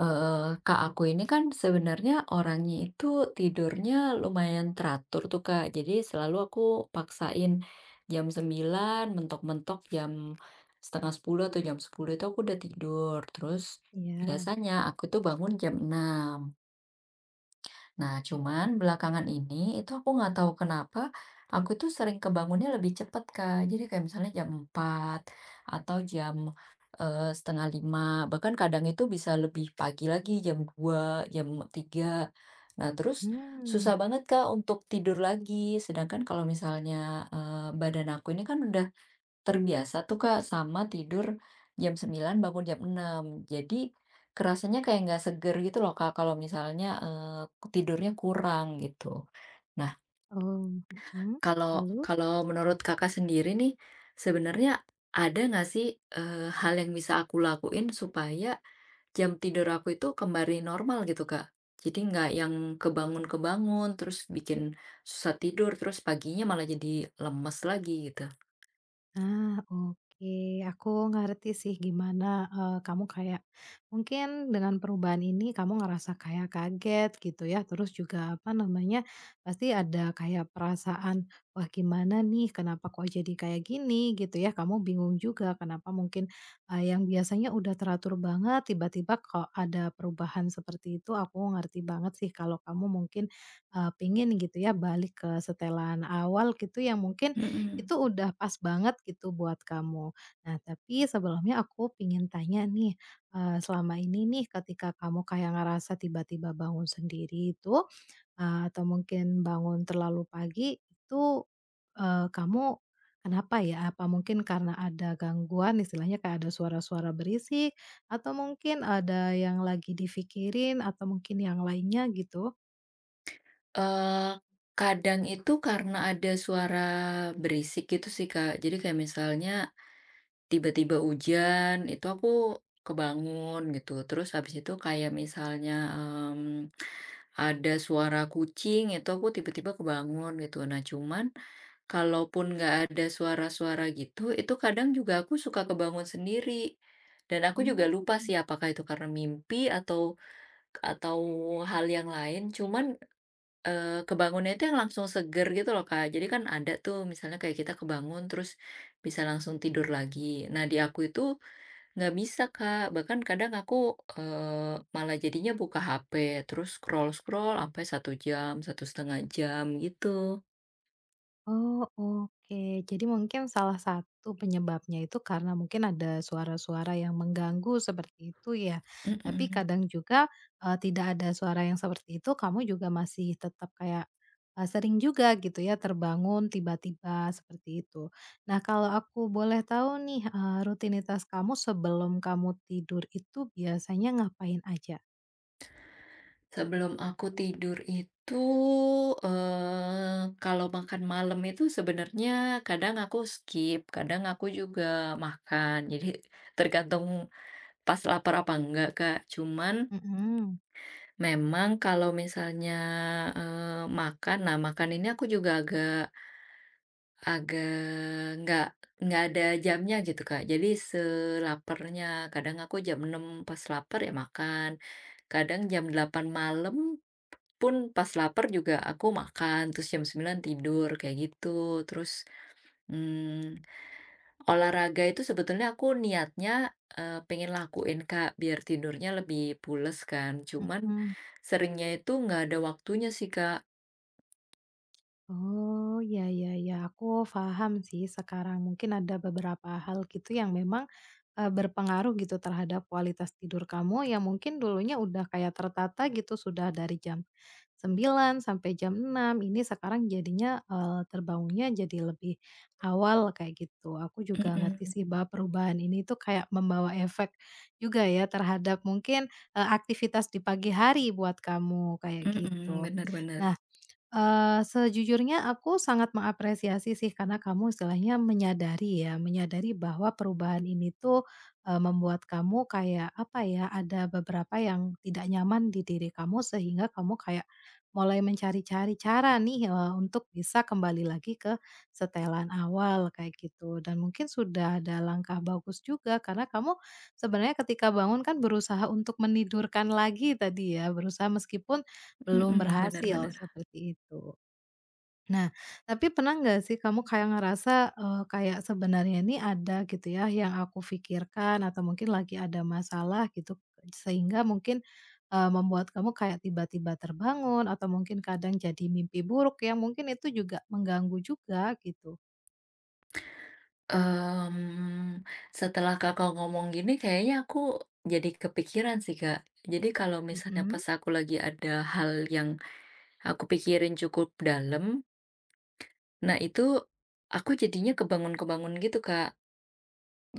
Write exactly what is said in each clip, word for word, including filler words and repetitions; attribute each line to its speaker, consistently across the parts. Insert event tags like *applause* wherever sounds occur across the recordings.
Speaker 1: Eee, Kak, aku ini kan sebenarnya orangnya itu tidurnya lumayan teratur tuh, Kak. Jadi selalu aku paksain jam sembilan, mentok-mentok jam setengah sepuluh atau jam sepuluh itu aku udah tidur. Terus
Speaker 2: Iya,
Speaker 1: biasanya aku tuh bangun jam enam. Nah, cuman belakangan ini itu aku nggak tahu kenapa aku tuh sering kebangunnya lebih cepat, Kak. Jadi kayak misalnya jam empat atau jam eh, setengah lima. Bahkan kadang itu bisa lebih pagi lagi, jam dua jam tiga. Nah, terus susah
Speaker 2: hmm,
Speaker 1: banget, Kak, untuk tidur lagi. Sedangkan kalau misalnya eh, badan aku ini kan udah terbiasa tuh Kak sama tidur jam sembilan bangun jam enam. Jadi kerasanya kayak nggak seger gitu loh Kak kalau misalnya, eee, tidurnya kurang gitu. Nah,
Speaker 2: oh, mhm,
Speaker 1: kalau
Speaker 2: lalu?
Speaker 1: kalau menurut Kakak sendiri nih, sebenarnya ada nggak sih, eee, hal yang bisa aku lakuin supaya jam tidur aku itu kembali normal gitu Kak? Jadi nggak yang kebangun-kebangun, terus bikin susah tidur, terus paginya malah jadi lemes lagi gitu.
Speaker 2: Ah, oke. Aku ngerti sih gimana, eee, kamu kayak mungkin dengan perubahan ini kamu ngerasa kayak kaget gitu ya, terus juga, apa namanya, pasti ada kayak perasaan, "Wah, gimana nih? Kenapa kok jadi kayak gini?" Gitu ya. Kamu bingung juga kenapa mungkin, eee, yang biasanya udah teratur banget tiba-tiba kok ada perubahan seperti itu. Aku ngerti banget sih kalau kamu mungkin, eee, pengen gitu ya balik ke setelan awal gitu yang mungkin
Speaker 1: Mhm.
Speaker 2: itu udah pas banget gitu buat kamu. Nah, tapi sebelumnya aku pengen tanya nih, eee, selama ini nih ketika kamu kayak ngerasa tiba-tiba bangun sendiri itu, eee, atau mungkin bangun terlalu pagi itu, eee, kamu kenapa ya? Apa mungkin karena ada gangguan istilahnya kayak ada suara-suara berisik atau mungkin ada yang lagi difikirin, atau mungkin yang lainnya gitu?
Speaker 1: Eee, Kadang itu karena ada suara berisik gitu sih, Kak. Jadi kayak misalnya tiba-tiba hujan, itu aku kebangun gitu. Terus habis itu kayak misalnya, mmm, ada suara kucing, itu aku tiba-tiba kebangun gitu. Nah, cuman kalaupun nggak ada suara-suara gitu, itu kadang juga aku suka kebangun sendiri. Dan aku juga lupa sih
Speaker 2: Mmm.
Speaker 1: apakah itu karena mimpi atau atau hal yang lain. Cuman Eee, kebangunnya itu yang langsung seger gitu loh, Kak. Jadi kan ada tuh misalnya kayak kita kebangun terus bisa langsung tidur lagi. Nah, di aku itu nggak bisa, Kak. Bahkan kadang aku, eee, malah jadinya buka H P, terus scroll-scroll sampai satu jam, satu setengah jam gitu.
Speaker 2: Oh, oke. Jadi mungkin salah satu penyebabnya itu karena mungkin ada suara-suara yang mengganggu seperti itu ya. Tapi
Speaker 1: Mhm.
Speaker 2: kadang juga, eee, tidak ada suara yang seperti itu kamu juga masih tetap kayak, eee, sering juga gitu ya terbangun tiba-tiba seperti itu. Nah kalau aku boleh tahu nih, eee, rutinitas kamu sebelum kamu tidur itu biasanya ngapain aja?
Speaker 1: Sebelum aku tidur itu, eee, kalau makan malam itu sebenarnya kadang aku skip, kadang aku juga makan. Jadi tergantung pas lapar apa enggak, Kak, cuman
Speaker 2: Mhm,
Speaker 1: memang kalau misalnya, eee, makan, nah makan ini aku juga agak agak nggak nggak ada jamnya gitu, Kak. Jadi selaparnya, kadang aku jam enam pas lapar ya makan, kadang jam delapan malam pun pas lapar juga aku makan, terus jam sembilan tidur, kayak gitu. Terus, mmm olahraga itu sebetulnya aku niatnya, eee, pengen lakuin Kak, biar tidurnya lebih pules kan. Cuman
Speaker 2: mhm.
Speaker 1: seringnya itu nggak ada waktunya sih, Kak.
Speaker 2: Oh, ya ya ya, aku paham sih sekarang. Mungkin ada beberapa hal gitu yang memang, eee, berpengaruh gitu terhadap kualitas tidur kamu yang mungkin dulunya udah kayak tertata gitu, sudah dari jam sembilan sampai jam enam. Ini sekarang jadinya, eee, terbangunnya jadi lebih awal kayak gitu. Aku juga ngerti
Speaker 1: Mhm,
Speaker 2: sih bahwa perubahan ini tuh kayak membawa efek juga ya terhadap mungkin, eee, aktivitas di pagi hari buat kamu, kayak
Speaker 1: mhm,
Speaker 2: gitu.
Speaker 1: bener bener,
Speaker 2: Nah, Eee, sejujurnya aku sangat mengapresiasi sih karena kamu istilahnya menyadari ya, menyadari bahwa perubahan ini tuh, eee, membuat kamu kayak apa ya, ada beberapa yang tidak nyaman di diri kamu sehingga kamu kayak mulai mencari-cari cara nih, eee, untuk bisa kembali lagi ke setelan awal kayak gitu. Dan mungkin sudah ada langkah bagus juga karena kamu sebenarnya ketika bangun kan berusaha untuk menidurkan lagi tadi ya, berusaha meskipun belum
Speaker 1: mhm, bener
Speaker 2: berhasil,
Speaker 1: bener.
Speaker 2: seperti itu. Nah, tapi pernah nggak sih kamu kayak ngerasa, eee, kayak sebenarnya ini ada gitu ya yang aku pikirkan atau mungkin lagi ada masalah gitu, sehingga mungkin, eee, membuat kamu kayak tiba-tiba terbangun atau mungkin kadang jadi mimpi buruk yang mungkin itu juga mengganggu juga gitu?
Speaker 1: Mmm, Setelah Kakak ngomong gini kayaknya aku jadi kepikiran sih, Kak. Jadi kalau misalnya
Speaker 2: Mhm,
Speaker 1: pas aku lagi ada hal yang aku pikirin cukup dalam, nah itu aku jadinya kebangun-kebangun gitu, Kak.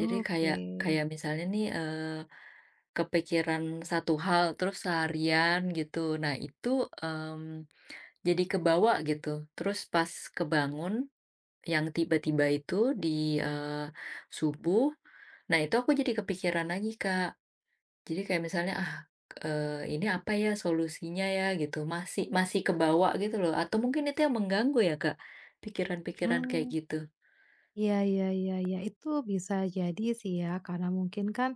Speaker 1: Jadi
Speaker 2: oke.
Speaker 1: kayak kayak misalnya nih, kepikiran satu hal terus seharian gitu. Nah itu, mmm, jadi kebawa gitu. Terus pas kebangun yang tiba-tiba itu di, eee, subuh, nah itu aku jadi kepikiran lagi, Kak. Jadi kayak misalnya, "Ah, eee, ini apa ya solusinya ya?" Gitu. Masih masih kebawa gitu loh atau mungkin itu yang mengganggu ya, Kak, pikiran-pikiran kayak
Speaker 2: Oh.
Speaker 1: gitu.
Speaker 2: Iya iya iya iya, itu bisa jadi sih ya, karena mungkin kan,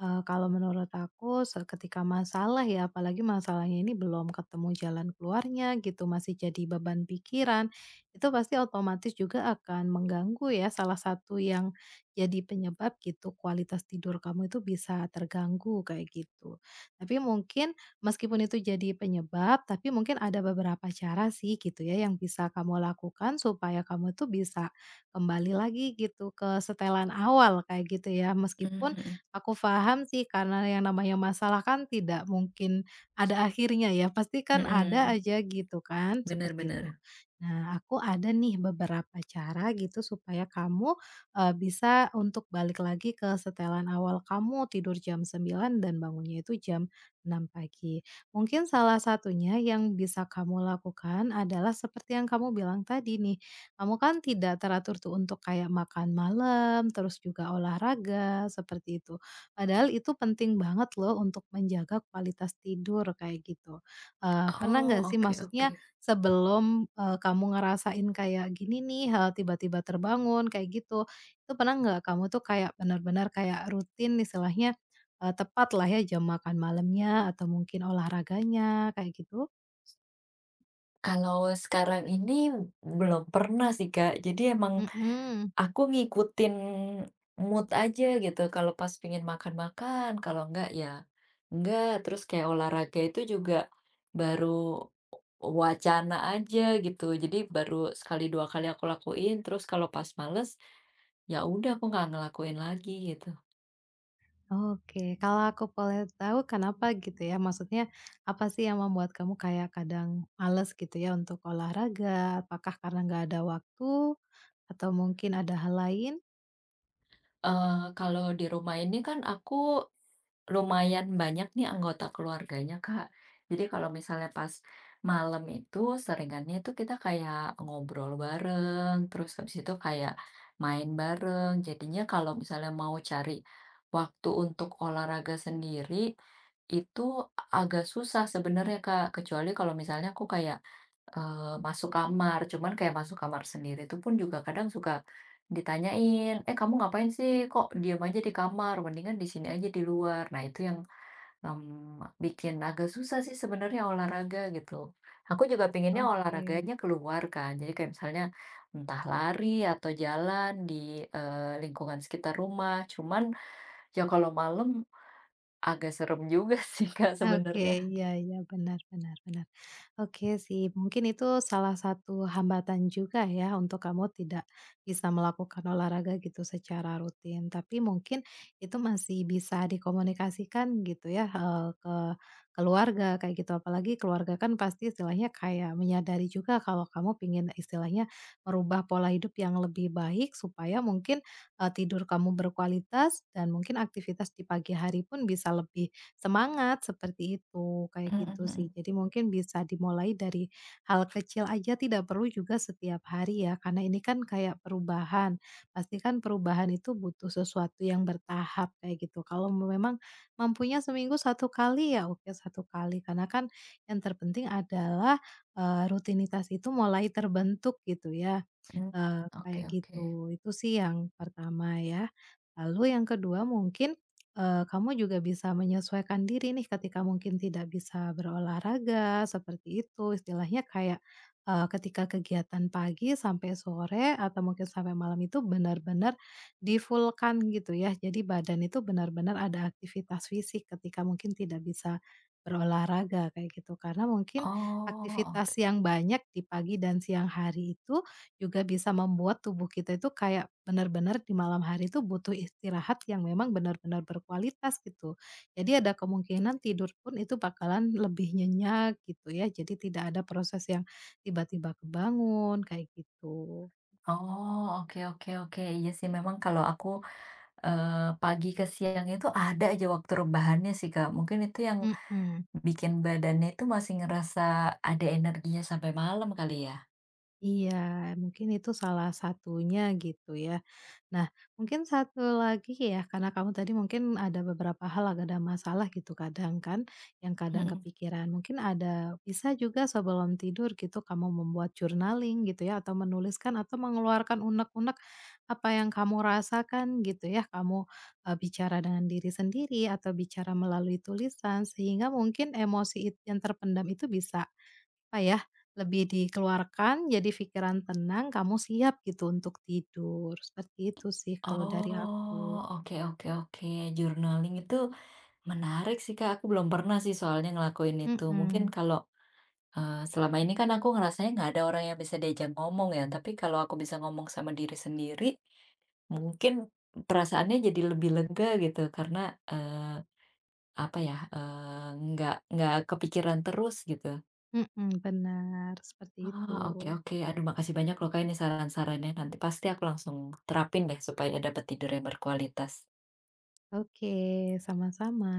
Speaker 2: eee, kalau menurut aku se ketika masalah ya, apalagi masalahnya ini belum ketemu jalan keluarnya gitu, masih jadi beban pikiran, itu pasti otomatis juga akan mengganggu ya, salah satu yang jadi penyebab gitu, kualitas tidur kamu itu bisa terganggu kayak gitu. Tapi mungkin meskipun itu jadi penyebab, tapi mungkin ada beberapa cara sih gitu ya, yang bisa kamu lakukan supaya kamu tuh bisa kembali lagi gitu ke setelan awal kayak gitu ya.
Speaker 1: Mmm,
Speaker 2: Meskipun
Speaker 1: mhm,
Speaker 2: aku paham sih karena yang namanya masalah kan tidak mungkin ada akhirnya ya, pasti kan ada
Speaker 1: mhm,
Speaker 2: aja gitu kan,
Speaker 1: bener
Speaker 2: seperti itu.
Speaker 1: bener.
Speaker 2: Nah, aku ada nih beberapa cara gitu supaya kamu, eee, bisa untuk balik lagi ke setelan awal kamu tidur jam sembilan dan bangunnya itu jam enam pagi. Mungkin salah satunya yang bisa kamu lakukan adalah seperti yang kamu bilang tadi nih, kamu kan tidak teratur tuh untuk kayak makan malam, terus juga olahraga, seperti itu. Padahal itu penting banget loh untuk menjaga kualitas tidur kayak gitu. Eee, pernah
Speaker 1: Oh,
Speaker 2: nggak sih
Speaker 1: oke oke.
Speaker 2: maksudnya sebelum, eee, kamu ngerasain kayak gini nih, hal tiba-tiba terbangun kayak gitu, itu pernah nggak kamu tuh kayak benar-benar kayak rutin istilahnya, eee, tepat lah ya jam makan malamnya atau mungkin olahraganya kayak gitu?
Speaker 1: Kalau sekarang ini belum pernah sih, Kak. Jadi emang
Speaker 2: Mhm.
Speaker 1: aku ngikutin mood aja gitu. Kalau pas pingin makan, makan. Kalau enggak, ya enggak. Terus kayak olahraga itu juga baru wacana aja gitu. Jadi baru sekali dua kali aku lakuin. Terus kalau pas males, ya udah aku nggak ngelakuin lagi gitu.
Speaker 2: Oke, kalau aku boleh tahu kenapa gitu ya? Maksudnya apa sih yang membuat kamu kayak kadang males gitu ya untuk olahraga? Apakah karena nggak ada waktu atau mungkin ada hal lain?
Speaker 1: Eh, kalau di rumah ini kan aku lumayan banyak nih anggota keluarganya, Kak. Jadi kalau misalnya pas malam itu seringannya itu kita kayak ngobrol bareng, terus habis itu kayak main bareng. Jadinya kalau misalnya mau cari waktu untuk olahraga sendiri, itu agak susah sebenarnya, Kak. Kecuali kalau misalnya aku kayak, eee, masuk kamar, cuman kayak masuk kamar sendiri itu pun juga kadang suka ditanyain, "Eh, kamu ngapain sih? Kok diam aja di kamar? Mendingan di sini aja di luar." Nah, itu yang, mmm, bikin agak susah sih sebenarnya olahraga gitu. Aku juga pinginnya
Speaker 2: Oke.
Speaker 1: olahraganya keluar kan, jadi kayak misalnya entah lari atau jalan di, eee, lingkungan sekitar rumah. Cuman ya kalau malam agak serem juga *laughs* sih, Kak,
Speaker 2: Oke,
Speaker 1: sebenarnya.
Speaker 2: iya iya, benar benar benar. Oke sih, mungkin itu salah satu hambatan juga ya untuk kamu tidak bisa melakukan olahraga gitu secara rutin. Tapi mungkin itu masih bisa dikomunikasikan gitu ya eh, ke keluarga kayak gitu. Apalagi keluarga kan pasti istilahnya kayak menyadari juga kalau kamu pingin istilahnya merubah pola hidup yang lebih baik supaya mungkin eh, tidur kamu berkualitas dan mungkin aktivitas di pagi hari pun bisa lebih semangat seperti itu, kayak
Speaker 1: Mhm
Speaker 2: gitu sih.
Speaker 1: mhm,
Speaker 2: Jadi mungkin bisa dimulai dari hal kecil aja tidak perlu juga setiap hari ya, karena ini kan kayak perubahan. Pasti kan perubahan itu butuh sesuatu yang bertahap kayak gitu. Kalau memang mampunya seminggu satu kali ya oke satu kali, karena kan yang terpenting adalah, eee, rutinitas itu mulai terbentuk gitu ya.
Speaker 1: mmm,
Speaker 2: Eee,
Speaker 1: oke
Speaker 2: kayak
Speaker 1: oke.
Speaker 2: gitu. Itu sih yang pertama ya. Lalu yang kedua mungkin, eee, kamu juga bisa menyesuaikan diri nih ketika mungkin tidak bisa berolahraga seperti itu, istilahnya kayak, eee, ketika kegiatan pagi sampai sore atau mungkin sampai malam itu benar-benar di-full-kan gitu ya. Jadi badan itu benar-benar ada aktivitas fisik ketika mungkin tidak bisa berolahraga kayak gitu. Karena mungkin
Speaker 1: Oh, oke.
Speaker 2: aktivitas yang banyak di pagi dan siang hari itu, juga bisa membuat tubuh kita itu kayak benar-benar di malam hari itu butuh istirahat yang memang benar-benar berkualitas gitu. Jadi ada kemungkinan tidur pun itu bakalan lebih nyenyak gitu ya. Jadi tidak ada proses yang tiba-tiba kebangun kayak gitu.
Speaker 1: Oh, oke oke oke. Iya sih memang kalau aku Eee, pagi ke siang itu ada aja waktu rebahannya sih, Kak. Mungkin itu yang
Speaker 2: Mhm.
Speaker 1: bikin badannya itu masih ngerasa ada energinya sampai malam kali ya?
Speaker 2: Iya, mungkin itu salah satunya gitu ya. Nah, mungkin satu lagi ya, karena kamu tadi mungkin ada beberapa hal agak ada masalah gitu kadang kan, yang kadang
Speaker 1: Mhm.
Speaker 2: kepikiran. Mungkin ada bisa juga sebelum tidur gitu kamu membuat journaling gitu ya, atau menuliskan atau mengeluarkan unek-unek apa yang kamu rasakan gitu ya. Kamu eh, bicara dengan diri sendiri atau bicara melalui tulisan sehingga mungkin emosi it- yang terpendam itu bisa apa ya, lebih dikeluarkan jadi pikiran tenang, kamu siap gitu untuk tidur. Seperti itu sih kalau dari
Speaker 1: Oh,
Speaker 2: aku.
Speaker 1: oke oke oke. Journaling itu menarik sih, Kak. Aku belum pernah sih soalnya ngelakuin itu. Mungkin
Speaker 2: Mhm,
Speaker 1: kalau, eee, selama ini kan aku ngerasanya nggak ada orang yang bisa diajak ngomong ya, tapi kalau aku bisa ngomong sama diri sendiri, mungkin perasaannya jadi lebih lega gitu karena, eh, Apa ya, eee, nggak nggak kepikiran terus gitu.
Speaker 2: mhm, benar, seperti
Speaker 1: Ah,
Speaker 2: itu.
Speaker 1: oke oke. Aduh makasih banyak loh Kak ini saran-sarannya, nanti pasti aku langsung terapin deh supaya dapat tidur yang berkualitas.
Speaker 2: Oke, sama-sama.